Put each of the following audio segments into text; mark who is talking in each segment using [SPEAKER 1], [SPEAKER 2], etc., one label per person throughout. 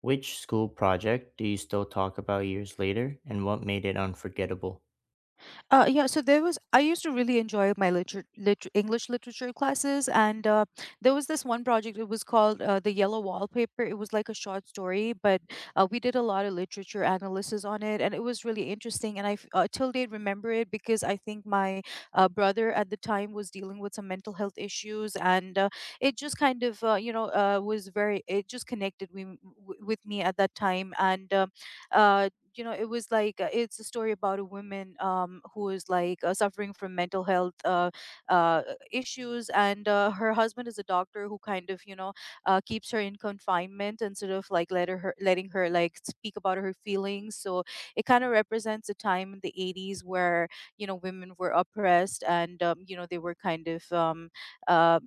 [SPEAKER 1] Which school project do you still talk about years later and what made it unforgettable?
[SPEAKER 2] Yeah, so there was, I used to really enjoy my liter liter English literature classes, and there was this one project. It was called The Yellow Wallpaper. It was like a short story, but we did a lot of literature analysis on it, and it was really interesting. And till date, remember it because I think my brother at the time was dealing with some mental health issues, and it just kind of, was very, it just connected we, w with me at that time. And uh, you know It was like it's a story about a woman who is like suffering from mental health uh issues. And her husband is a doctor who kind of, keeps her in confinement and sort of like letting her like speak about her feelings. So it kind of represents a time in the 80s where, you know, women were oppressed. And you know, they were kind of uh,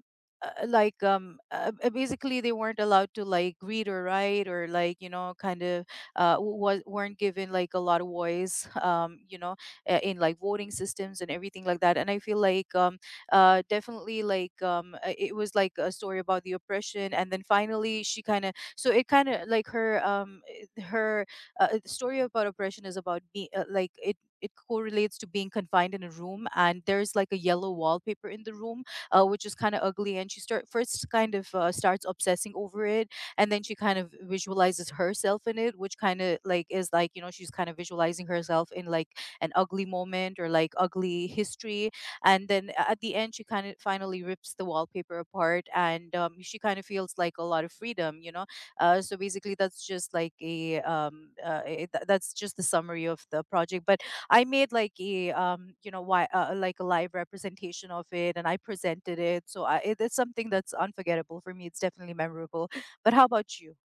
[SPEAKER 2] basically they weren't allowed to like read or write, or like, you know, kind of was weren't given like a lot of voice, you know, in like voting systems and everything like that. And I feel like definitely like, it was like a story about the oppression, and then finally she kind of, so it kind of like her I- her the story about oppression is about being, It correlates to being confined in a room, and there's like a yellow wallpaper in the room, which is kind of ugly. And she start first kind of starts obsessing over it, and then she kind of visualizes herself in it, which kind of like is like, you know, she's kind of visualizing herself in like an ugly moment or like ugly history. And then at the end, she kind of finally rips the wallpaper apart, and she kind of feels like a lot of freedom, you know. So basically that's just like that's just the summary of the project. But I made like a you know why like a live representation of it, and I presented it. So it's something that's unforgettable for me. It's definitely memorable. But how about you?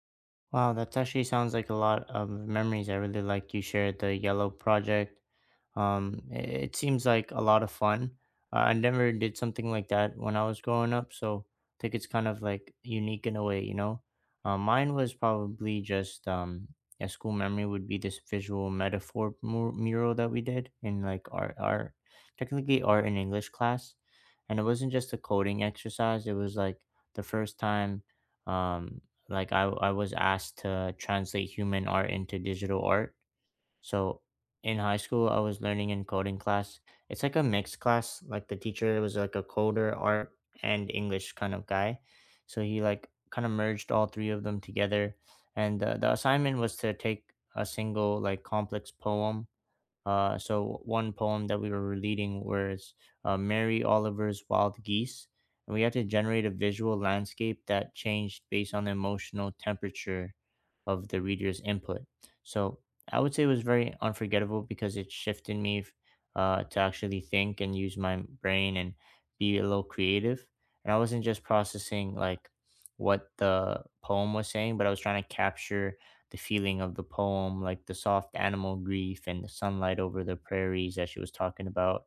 [SPEAKER 1] Wow, that actually sounds like a lot of memories. I really like you shared the yellow project. It seems like a lot of fun. I never did something like that when I was growing up, so I think it's kind of like unique in a way, you know. Mine was probably just a school memory would be this visual metaphor mural that we did in like art, technically art and English class, and it wasn't just a coding exercise. It was like the first time, um, like I was asked to translate human art into digital art, so in high school, I was learning in coding class. It's like a mixed class. Like the teacher was like a coder, art, and English kind of guy. So he like kind of merged all three of them together. And the assignment was to take a single like complex poem. So one poem that we were reading was Mary Oliver's Wild Geese. And we had to generate a visual landscape that changed based on the emotional temperature of the reader's input. So I would say it was very unforgettable because it shifted me to actually think and use my brain and be a little creative. And I wasn't just processing like what the poem was saying, but I was trying to capture the feeling of the poem, like the soft animal grief and the sunlight over the prairies that she was talking about.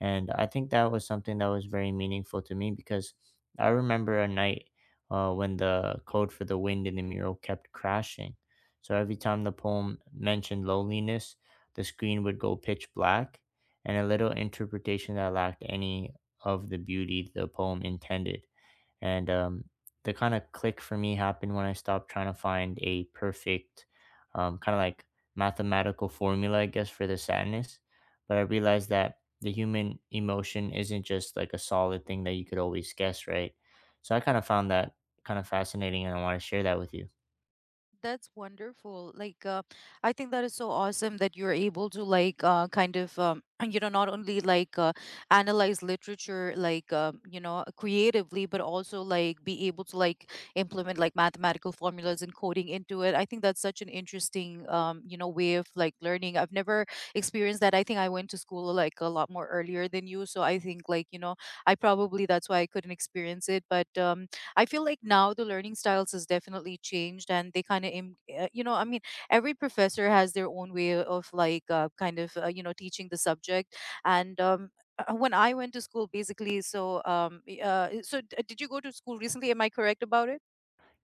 [SPEAKER 1] And I think that was something that was very meaningful to me because I remember a night when the code for the wind in the mural kept crashing. So every time the poem mentioned loneliness, the screen would go pitch black and a little interpretation that lacked any of the beauty the poem intended. And the kind of click for me happened when I stopped trying to find a perfect, kind of like mathematical formula, I guess, for the sadness. But I realized that the human emotion isn't just like a solid thing that you could always guess, right? So I kind of found that kind of fascinating and I want to share that with you.
[SPEAKER 2] That's wonderful. Like, I think that is so awesome that you're able to like, kind of, you know, not only like analyze literature like, you know, creatively, but also like be able to like implement like mathematical formulas and coding into it. I think that's such an interesting, you know, way of like learning. I've never experienced that. I think I went to school like a lot more earlier than you, so I think, like, you know, I probably, that's why I couldn't experience it. But I feel like now the learning styles has definitely changed, and they kind of, you know, I mean, every professor has their own way of like, kind of, you know, teaching the subject. And when I went to school, basically, so did you go to school recently? Am I correct about it?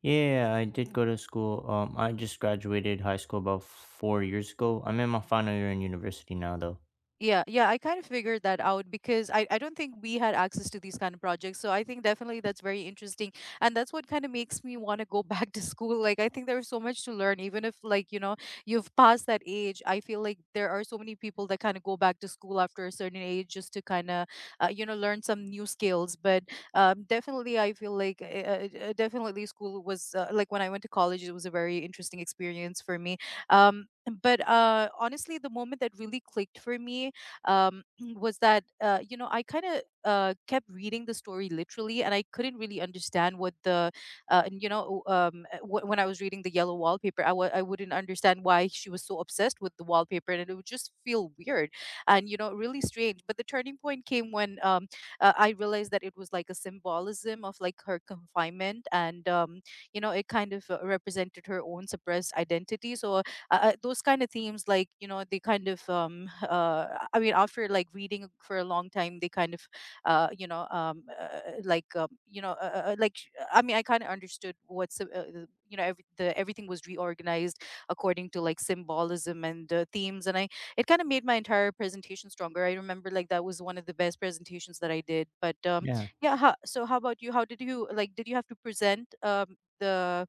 [SPEAKER 1] Yeah, I did go to school. I just graduated high school about 4 years ago. I'm in my final year in university now, though.
[SPEAKER 2] Yeah, yeah, I kind of figured that out because I don't think we had access to these kind of projects. So I think definitely that's very interesting. And that's what kind of makes me want to go back to school. Like, I think there's so much to learn, even if, like, you know, you've passed that age. I feel like there are so many people that kind of go back to school after a certain age just to kind of, you know, learn some new skills. But definitely, I feel like, definitely school was, like when I went to college, it was a very interesting experience for me. Um, but honestly, the moment that really clicked for me, um, was that, you know, I kind of kept reading the story literally, and I couldn't really understand what the and, you know o- wh- when I was reading the yellow wallpaper, I wouldn't understand why she was so obsessed with the wallpaper, and it would just feel weird and, you know, really strange. But the turning point came when, I realized that it was like a symbolism of like her confinement, and, you know, it kind of represented her own suppressed identity. So those kind of themes, like, you know, they kind of I mean, after like reading for a long time, they kind of you know like you know like sh- I mean, I kind of understood what's, you know, every, the everything was reorganized according to like symbolism and themes. And I it kind of made my entire presentation stronger. I remember like that was one of the best presentations that I did. But
[SPEAKER 1] Yeah.
[SPEAKER 2] yeah, so how about you? How did you like, did you have to present the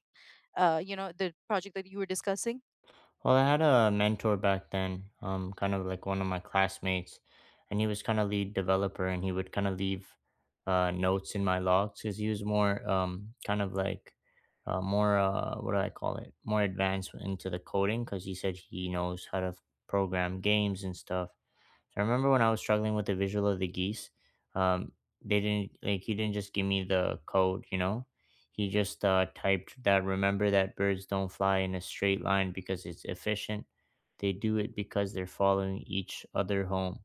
[SPEAKER 2] you know, the project that you were discussing?
[SPEAKER 1] Well, I had a mentor back then, kind of like one of my classmates, and he was kind of lead developer, and he would kind of leave notes in my logs because he was more kind of like more what do I call it? More advanced into the coding because he said he knows how to program games and stuff. I remember when I was struggling with the visual of the geese, um, they didn't like he didn't just give me the code, you know. He just typed that remember that birds don't fly in a straight line because it's efficient. They do it because they're following each other home.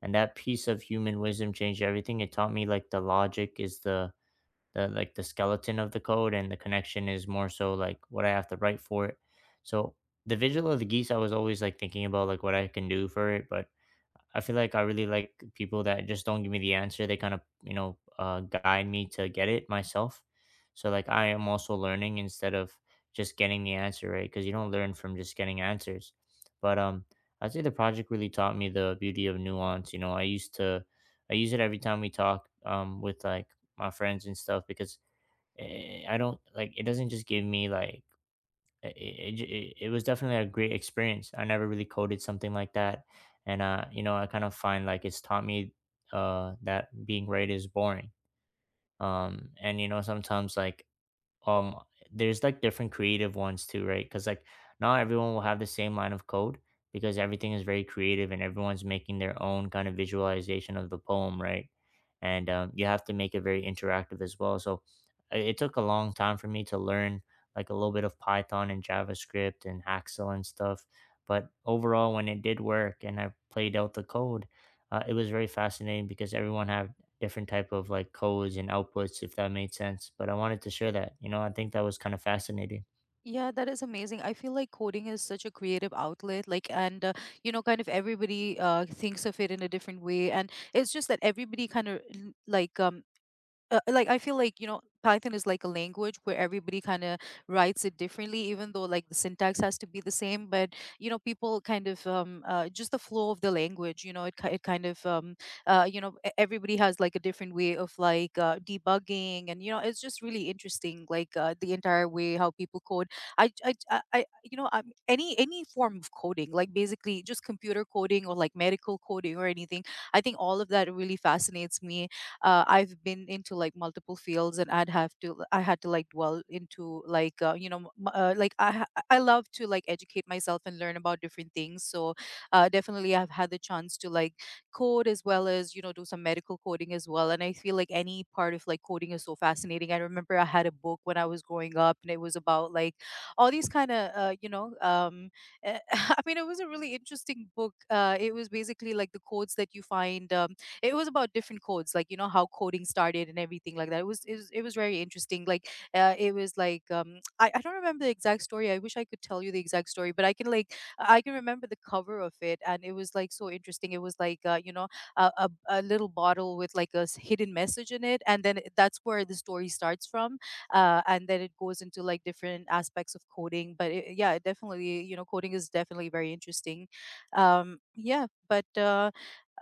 [SPEAKER 1] And that piece of human wisdom changed everything. It taught me like the logic is the like the skeleton of the code and the connection is more so like what I have to write for it. So the visual of the geese, I was always like thinking about like what I can do for it, but I feel like I really like people that just don't give me the answer. They kind of guide me to get it myself. So like I am also learning instead of just getting the answer, right? Because you don't learn from just getting answers. But I'd say the project really taught me the beauty of nuance. I use it every time we talk with like my friends and stuff because I don't like it doesn't just give me like it, it, j- it was definitely a great experience. I never really coded something like that. And I kind of find like it's taught me that being right is boring. And sometimes like um there's like different creative ones too, right, because like not everyone will have the same line of code because everything is very creative and everyone's making their own kind of visualization of the poem, right? And you have to make it very interactive as well, so it took a long time for me to learn like a little bit of Python and JavaScript and Haxel and stuff. But overall, when it did work and I played out the code, it was very fascinating because everyone had different type of like codes and outputs, if that made sense, but I wanted to share that, you know. I think that was kind of fascinating.
[SPEAKER 2] Yeah, that is amazing. I feel like coding is such a creative outlet, like, and you know, kind of everybody thinks of it in a different way, and it's just that everybody kind of like, like I feel like, you know, Python is like a language where everybody kind of writes it differently, even though like the syntax has to be the same. But, you know, people kind of, just the flow of the language. You know, it kind of, you know, everybody has like a different way of like, debugging, and you know it's just really interesting. Like, the entire way how people code. I you know, any form of coding, like basically just computer coding or like medical coding or anything. I think all of that really fascinates me. I've been into like multiple fields, and I had to like dwell into like, you know, I love to like educate myself and learn about different things. So definitely, I've had the chance to like code as well as, you know, do some medical coding as well. And I feel like any part of like coding is so fascinating. I remember I had a book when I was growing up, and it was about like all these kind of, you know, I mean, it was a really interesting book. It was basically like the codes that you find. It was about different codes, like, you know, how coding started and everything like that. It was very interesting. Like, it was like, I don't remember the exact story. I wish I could tell you the exact story, but I can like, I can remember the cover of it, and it was like so interesting. It was like, you know, a little bottle with like hidden message in it, and then that's where the story starts from. And then it goes into like different aspects of coding. But yeah, it definitely, you know, coding is definitely very interesting. Yeah but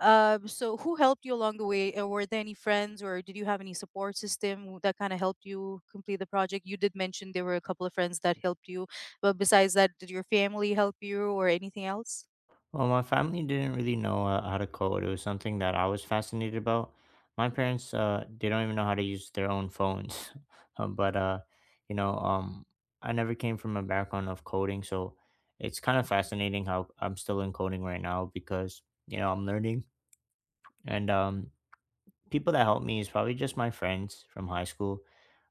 [SPEAKER 2] So who helped you along the way? Or were there any friends, or did you have any support system that kind of helped you complete the project? You did mention there were a couple of friends that helped you, but besides that, did your family help you or anything else?
[SPEAKER 1] Well, my family didn't really know how to code. It was something that I was fascinated about. My parents they don't even know how to use their own phones. But you know, I never came from a background of coding, so it's kind of fascinating how I'm still in coding right now because, you know, I'm learning, and people that helped me is probably just my friends from high school.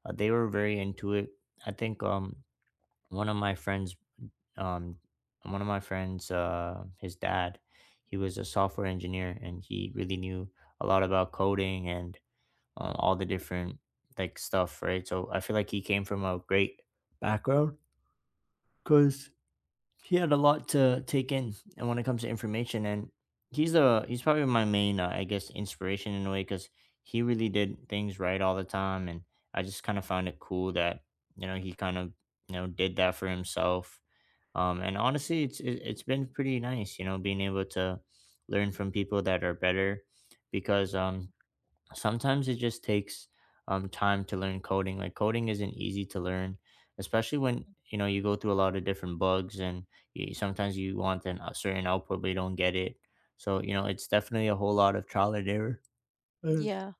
[SPEAKER 1] They were very into it. I think one of my friends um one of my friends his dad, he was a software engineer and he really knew a lot about coding and all the different like stuff, right? So I feel like he came from a great background because he had a lot to take in and when it comes to information. And he's probably my main I guess inspiration in a way because he really did things right all the time. And I just kind of found it cool that, you know, he kind of, you know, did that for himself. And honestly, it's been pretty nice, you know, being able to learn from people that are better. Because sometimes it just takes time to learn coding. Like coding isn't easy to learn, especially when, you know, you go through a lot of different bugs and sometimes you want a certain output but you don't get it. So, you know, it's definitely a whole lot of trial and error.
[SPEAKER 2] Yeah.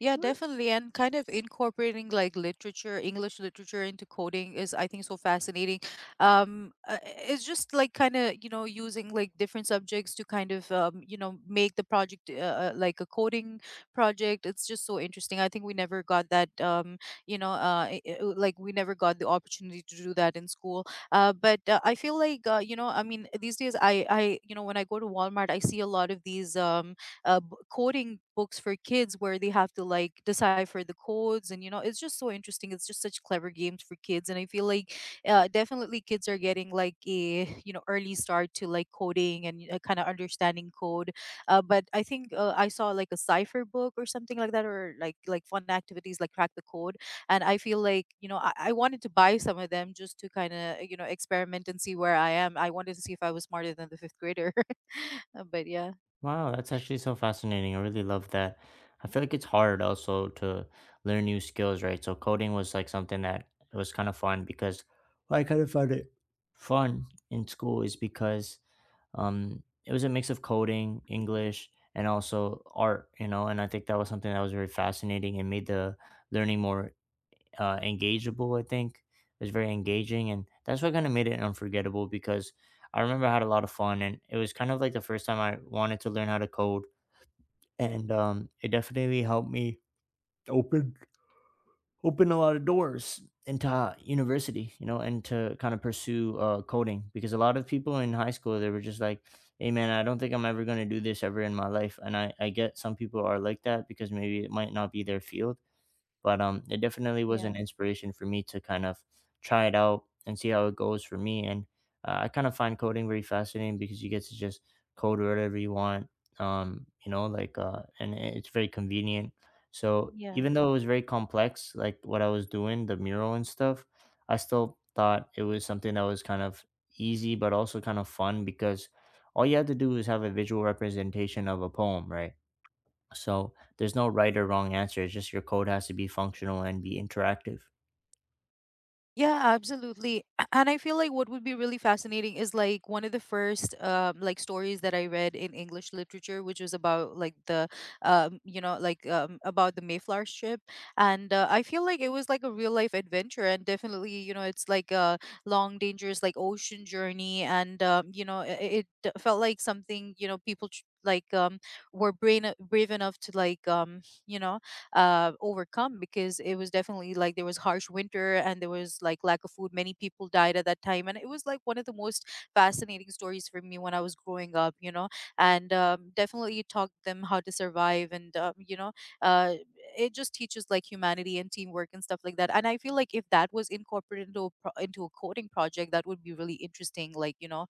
[SPEAKER 2] Yeah, definitely. And kind of incorporating like literature, English literature into coding is, I think, so fascinating. It's just like kind of, you know, using like different subjects to kind of, you know, make the project, like a coding project. It's just so interesting. I think we never got that, you know, like we never got the opportunity to do that in school. But I feel like, you know, I mean, these days, you know, when I go to Walmart, I see a lot of these. Coding books for kids where they have to like decipher the codes. And you know, it's just so interesting. It's just such clever games for kids. And I feel like, definitely kids are getting like a, you know, early start to like coding and, kind of understanding code. But I think I saw like a cipher book or something like that, or like, fun activities like crack the code. And I feel like, you know, I wanted to buy some of them just to kind of, you know, experiment and see where I am. I wanted to see if I was smarter than the fifth grader. But yeah
[SPEAKER 1] Wow, that's actually so fascinating. I really love that. I feel like it's hard also to learn new skills, right? So coding was like something that was kind of fun because I kind of found it fun in school is because it was a mix of coding, English, and also art, you know, and I think that was something that was very fascinating and made the learning more engageable. I think it was very engaging, and that's what kind of made it unforgettable because I remember I had a lot of fun, and it was kind of like the first time I wanted to learn how to code. And it definitely helped me open open a lot of doors into university, you know, and to kind of pursue coding because a lot of people in high school they were just like, "Hey, man, I don't think I'm ever going to do this ever in my life," and I get some people are like that because maybe it might not be their field. But it definitely was
[SPEAKER 2] yeah
[SPEAKER 1] an inspiration for me to kind of try it out and see how it goes for me. And I kind of find coding very fascinating because you get to just code whatever you want. And it's very convenient. So
[SPEAKER 2] yeah
[SPEAKER 1] even though it was very complex, like what I was doing, the mural and stuff, I still thought it was something that was kind of easy, but also kind of fun because all you had to do was have a visual representation of a poem, right? So there's no right or wrong answer. It's just your code has to be functional and be interactive.
[SPEAKER 2] Yeah, absolutely. And I feel like what would be really fascinating is like one of the first, like stories that I read in English literature, which was about like the, about the Mayflower ship. And, I feel like it was like a real life adventure, and definitely, you know, it's like a long, dangerous like ocean journey. And, you know, it felt like something, you know, people were brain brave enough to like, you know overcome, because it was definitely like there was harsh winter and there was like lack of food. Many people died at that time, and it was like one of the most fascinating stories for me when I was growing up, you know. And, definitely it taught them how to survive. And, you know, uh, it just teaches like humanity and teamwork and stuff like that. And I feel like if that was incorporated into a into a coding project, that would be really interesting. Like, you know,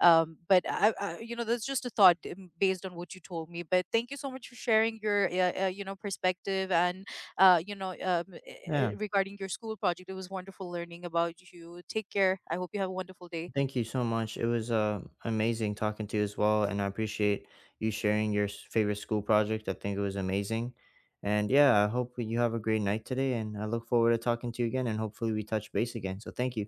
[SPEAKER 2] but you know, that's just a thought, based on what you told me. But thank you so much for sharing your, you know, perspective and, you know,
[SPEAKER 1] Yeah,
[SPEAKER 2] regarding your school project. It was wonderful learning about you. Take care. I hope you have a wonderful day.
[SPEAKER 1] thank you so much. It was amazing talking to you as well, and I appreciate you sharing your favorite school project. I think it was amazing. And yeah, I hope you have a great night today, and I look forward to talking to you again, and hopefully we touch base again. So thank you.